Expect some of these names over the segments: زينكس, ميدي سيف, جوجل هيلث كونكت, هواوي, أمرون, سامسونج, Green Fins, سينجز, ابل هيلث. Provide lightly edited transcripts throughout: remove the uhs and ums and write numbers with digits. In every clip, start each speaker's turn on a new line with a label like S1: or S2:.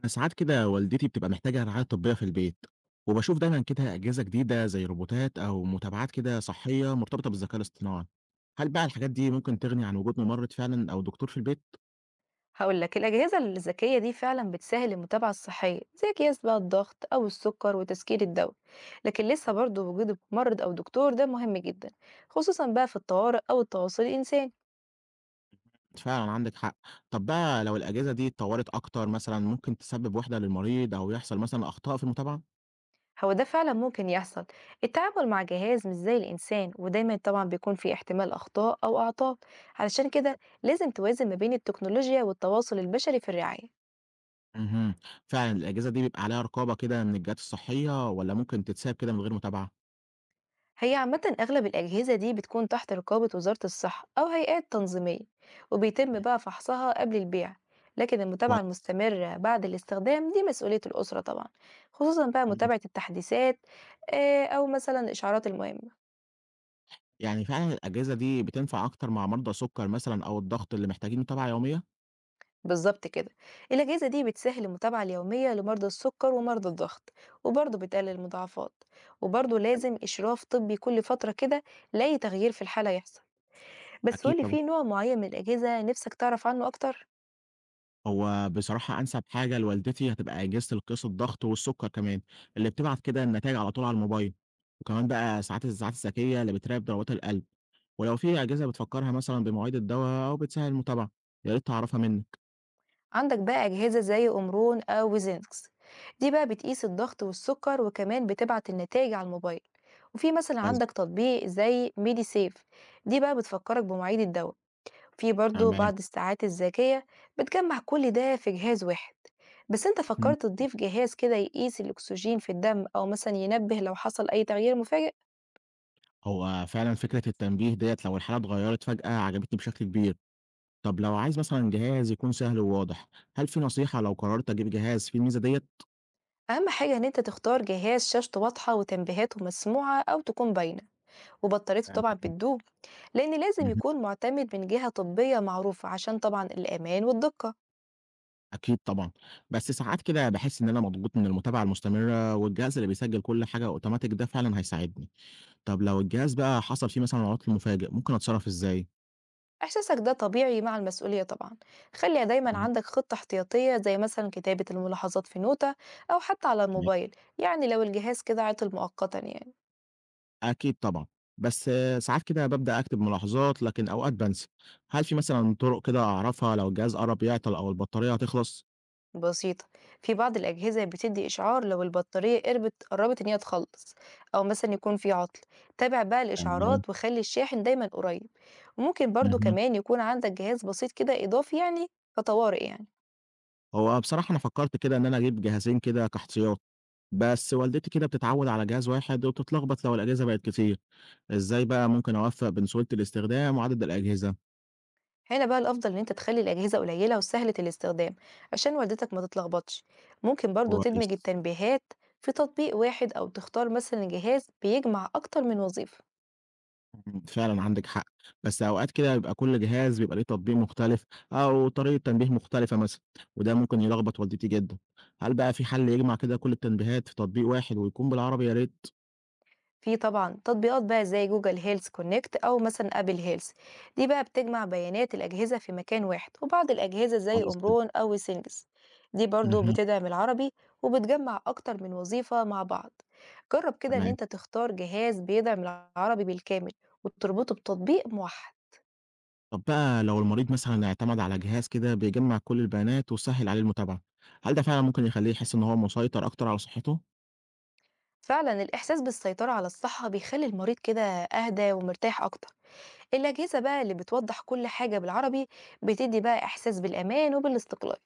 S1: أنا ساعات كده والدتي بتبقى محتاجة رعاية طبية في البيت، وبشوف دايما كده أجهزة جديدة زي روبوتات أو متابعات كده صحية مرتبطة بالذكاء الاصطناعي. هل بقى الحاجات دي ممكن تغني عن وجود ممرض فعلا أو دكتور في البيت؟
S2: هقول لك الأجهزة الذكية دي فعلا بتسهل المتابعة الصحية زي قياس بقى الضغط أو السكر وتسكير الدواء. لكن لسه برضه وجود ممرض أو دكتور ده مهم جدا، خصوصا بقى في الطوارئ أو التواصل الإنساني.
S1: فعلا عندك حق. طب بقى لو الأجهزة دي اتطورت أكتر مثلا ممكن تسبب وحدة للمريض أو يحصل مثلا أخطاء في المتابعة؟
S2: هو ده فعلا ممكن يحصل، التعامل مع جهاز مش زي الإنسان ودايما طبعا بيكون في احتمال أخطاء أو أعطال. علشان كده لازم توازن ما بين التكنولوجيا والتواصل البشري في الرعاية.
S1: امم فعلا الأجهزة دي بيبقى عليها رقابة كده من الجهات الصحية ولا ممكن تتساب كده من غير متابعة؟
S2: هي عامة أغلب الأجهزة دي بتكون تحت رقابة وزارة الصحة أو هيئات تنظيمية، وبيتم بقى فحصها قبل البيع. لكن المتابعة
S1: كويس.
S2: المستمرة بعد الاستخدام دي مسؤولية الأسرة طبعا، خصوصا بقى متابعة التحديثات، آه، أو مثلا الإشعارات المهمة.
S1: يعني فعلًا الأجهزة دي بتنفع أكتر مع مرضى السُكّر مثلًا أو الضغط اللي محتاجين متابعة يومية؟
S2: بالظبط كده، الأجهزة دي بتسهل المتابعة اليومية لمرضى السكر ومرضى الضغط، وبرضه بتقلل المضاعفات. وبرضه لازم إشراف طبي كل فترة كده لأي تغيير في الحالة يحصل. بس
S1: أكيد
S2: قولي،
S1: طبعًا.
S2: في نوع معين من الأجهزة نفسك تعرف عنه أكتر؟
S1: هو بصراحة أنسب حاجة لوالدتي هتبقى أجهزة القياس الضغط والسُكّر كمان، اللي بتبعت كده النتايج على طول على الموبايل، وكمان بقى ساعات الذكية اللي بتراقب ضربات القلب، ولو في أجهزة بتفكّرها مثلًا بمواعيد الدوا أو بتسهّل المتابعة، يا ريت أعرفها منِّك.
S2: عندك بقى أجهزة زي أمرون أو زينكس، دي بقى بتقيس الضغط والسكر وكمان بتبعت النتائج على الموبايل. وفي مثلا
S1: كويس،
S2: عندك تطبيق زي ميدي سيف، دي بقى بتفكرك بمواعيد الدواء. في برضو
S1: تمام.
S2: بعض الساعات الذكية بتجمع كل ده في جهاز واحد. بس انت
S1: إمم.
S2: فكرت تضيف جهاز كده يقيس الأكسجين في الدم أو مثلا ينبه لو حصل أي تغيير مفاجئ؟
S1: هو فعلًا فكرة التنبيه ديّة لو الحالة اتغيّرت فجأة عجبتني بشكل كبير. طب لو عايز مثلًا جهاز يكون سهل وواضح، هل في نصيحة لو قررت أجيب جهاز فيه الميزة ديّة؟
S2: أهم حاجة إن انت تختار جهاز شاشته واضحة وتنبيهاته مسموعة أو تكون باينة، وبطاريته طبعا بتدوب، لأن لازم
S1: اهم،
S2: يكون معتمد من جهة طبية معروفة عشان طبعا الأمان والدقة.
S1: أكيد طبعًا، بس ساعات كده باحس إن أنا مضغوط من المتابعة المستمرة، والجهاز اللي بيسجل كل حاجة أوتوماتيك ده فعلًا هيساعدني. طب لو الجهاز بقى حصل فيه مثلًا عطل مفاجئ، ممكن أتصرف إزاي؟
S2: إحساسك ده طبيعي مع المسؤولية طبعا. خلي دايما
S1: اهم،
S2: عندك خطة احتياطية زي مثلا كتابة الملاحظات في نوتة، أو حتى على
S1: تمام،
S2: الموبايل، يعني لو الجهاز كده عطل مؤقتا يعني.
S1: أكيد طبعًا، بس آه، ساعات كده بابدأ أكتب ملاحظات، لكن أوقات بانسى. هل في مثلًا طرق كده أعرفها لو الجهاز قرب يعطل أو البطارية هتخلص؟
S2: بسيطة، في بعض الأجهزة بتدي إشعار لو البطارية قربت إن هي تخلص، أو مثلا يكون في عطل. تابع بقى
S1: تمام،
S2: الإشعارات وخلي الشاحن دايما قريب. وممكن برضو
S1: اهم.
S2: كمان يكون عندك جهاز بسيط كده إضافي يعني، كطوارئ يعني.
S1: هو بصراحة أنا فكّرت كده إن أنا أجيب جهازين كده كاحتياط، بس والدتي كده بتتعوّد على جهاز واحد وبتتلخبط لو الأجهزة بقت كتير، إزاي بقى ممكن أوفّق بين سهولة الاستخدام وعدد الأجهزة؟
S2: هنا بقى الأفضل إن أنت تخلي الأجهزة قليلة وسهلة الاستخدام، عشان والدتك ما تتلخبطش. ممكن برضو تدمج
S1: كويس،
S2: التنبيهات في تطبيق واحد، أو تختار مثلا جهاز بيجمع أكتر من وظيفة.
S1: إمم، فعلًا عندِك حق، بس أوقات كده بيبقى كل جهاز بيبقى ليه تطبيق مختلف أو طريقة تنبيه مختلفة مثلًا، وده ممكن يلخبط والدتي جدًا، هل بقى في حل يجمع كده كل التنبيهات في تطبيق واحد ويكون بالعربي يا ريت؟
S2: في طبعا تطبيقات بقى زي جوجل هيلث كونكت او مثلا ابل هيلث، دي بقى بتجمع بيانات الاجهزه في مكان واحد. وبعض الاجهزه زي
S1: كويس جدًا،
S2: امرون او سينجز دي برضو
S1: اهم،
S2: بتدعم العربي، وبتجمع اكتر من وظيفه مع بعض. جرب كده ان
S1: تمام.
S2: انت تختار جهاز بيدعم العربي بالكامل وتربطه بتطبيق موحد.
S1: طب بقى لو المريض مثلا اعتمد على جهاز كده بيجمع كل البيانات وسهل عليه المتابعة، هل ده فعلا ممكن يخليه يحس إن هو مسيطر أكتر على صحته؟
S2: فعلا الاحساس بالسيطره على الصحه بيخلي المريض كده اهدى ومرتاح اكتر. الاجهزه بقى اللي بتوضح كل حاجه بالعربي بتدي بقى احساس بالامان وبالاستقلال.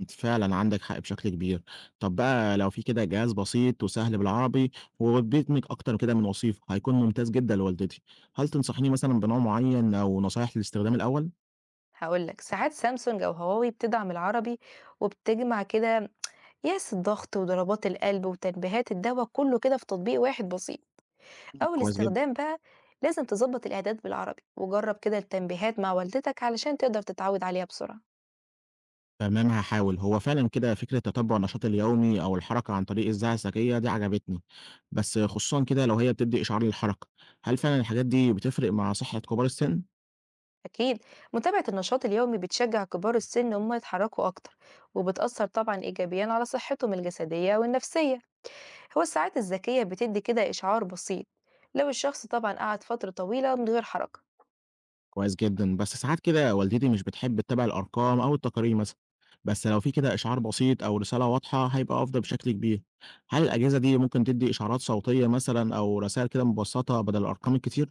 S1: أنت فعلا عندك حق بشكل كبير، طب بقى لو في كده جهاز بسيط وسهل بالعربي وبيدمج أكتر كده من وصيفة هيكون ممتاز جدا لوالدتي، هل تنصحيني مثلا بنوع معين أو نصايح للاستخدام الأول؟
S2: هاقول لك، ساعات سامسونج أو هواوي بتدعم العربي، وبتجمع كده قياس الضغط وضربات القلب وتنبيهات الدوا كله كده في تطبيق واحد بسيط. أول
S1: كويس جدا.
S2: استخدام بقى لازم تضبط الإعداد بالعربي، وجرب كده التنبيهات مع والدتك علشان تقدر تتعود عليها بسرعة.
S1: تمام هاحاول، هو فعلًا كده فكرة تتبُّع النشاط اليومي أو الحركة عن طريق الذاعة الذكية دي عجبتني، بس خصوصًا كده لو هي بتدّي إشعار للحركة، هل فعلًا الحاجات دي بتفرق مع صحة كبار السن؟
S2: أكيد، متابعة النشاط اليومي بتشجع كبار السن إن هم يتحركوا أكتر، وبتأثر طبعا إيجابيا على صحتهم الجسدية والنفسية. هو الساعات الذكية بتدي كده إشعار بسيط لو الشخص طبعا قعد فترة طويلة من غير حركة.
S1: كويس جدًا، بس ساعات كده والدتي مش بتحب تتابع الأرقام أو التقارير مثلًا، بس لو في كده إشعار بسيط أو رسالة واضحة هيبقى أفضل بشكل كبير، هل الأجهزة دي ممكن تدّي إشعارات صوتية مثلًا أو رسايل كده مبسطة بدل الأرقام الكتير؟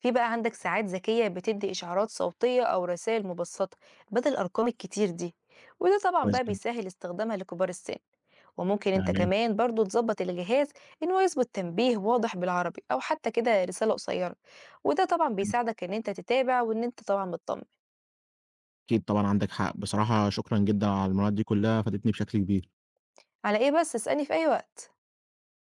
S2: في بقى عندك ساعات ذكية بتدي إشعارات صوتية أو رسائل مبسطة بدل الأرقام الكتير دي، وده طبعا
S1: كويس
S2: بقى
S1: جدًا،
S2: بيسهل استخدامها لكبار السن. وممكن انت
S1: تمام،
S2: كمان برضو تظبط الجهاز انه يظبط تنبيه واضح بالعربي او حتى كده رسالة قصيرة، وده طبعا
S1: إمم،
S2: بيساعدك ان انت تتابع وان انت طبعا مطمن.
S1: أكيد طبعًا عندك حق، بصراحة شكرًا جدًا على المعلومات دي كلها فادتني بشكل كبير.
S2: على ايه بس، اسألني في اي وقت.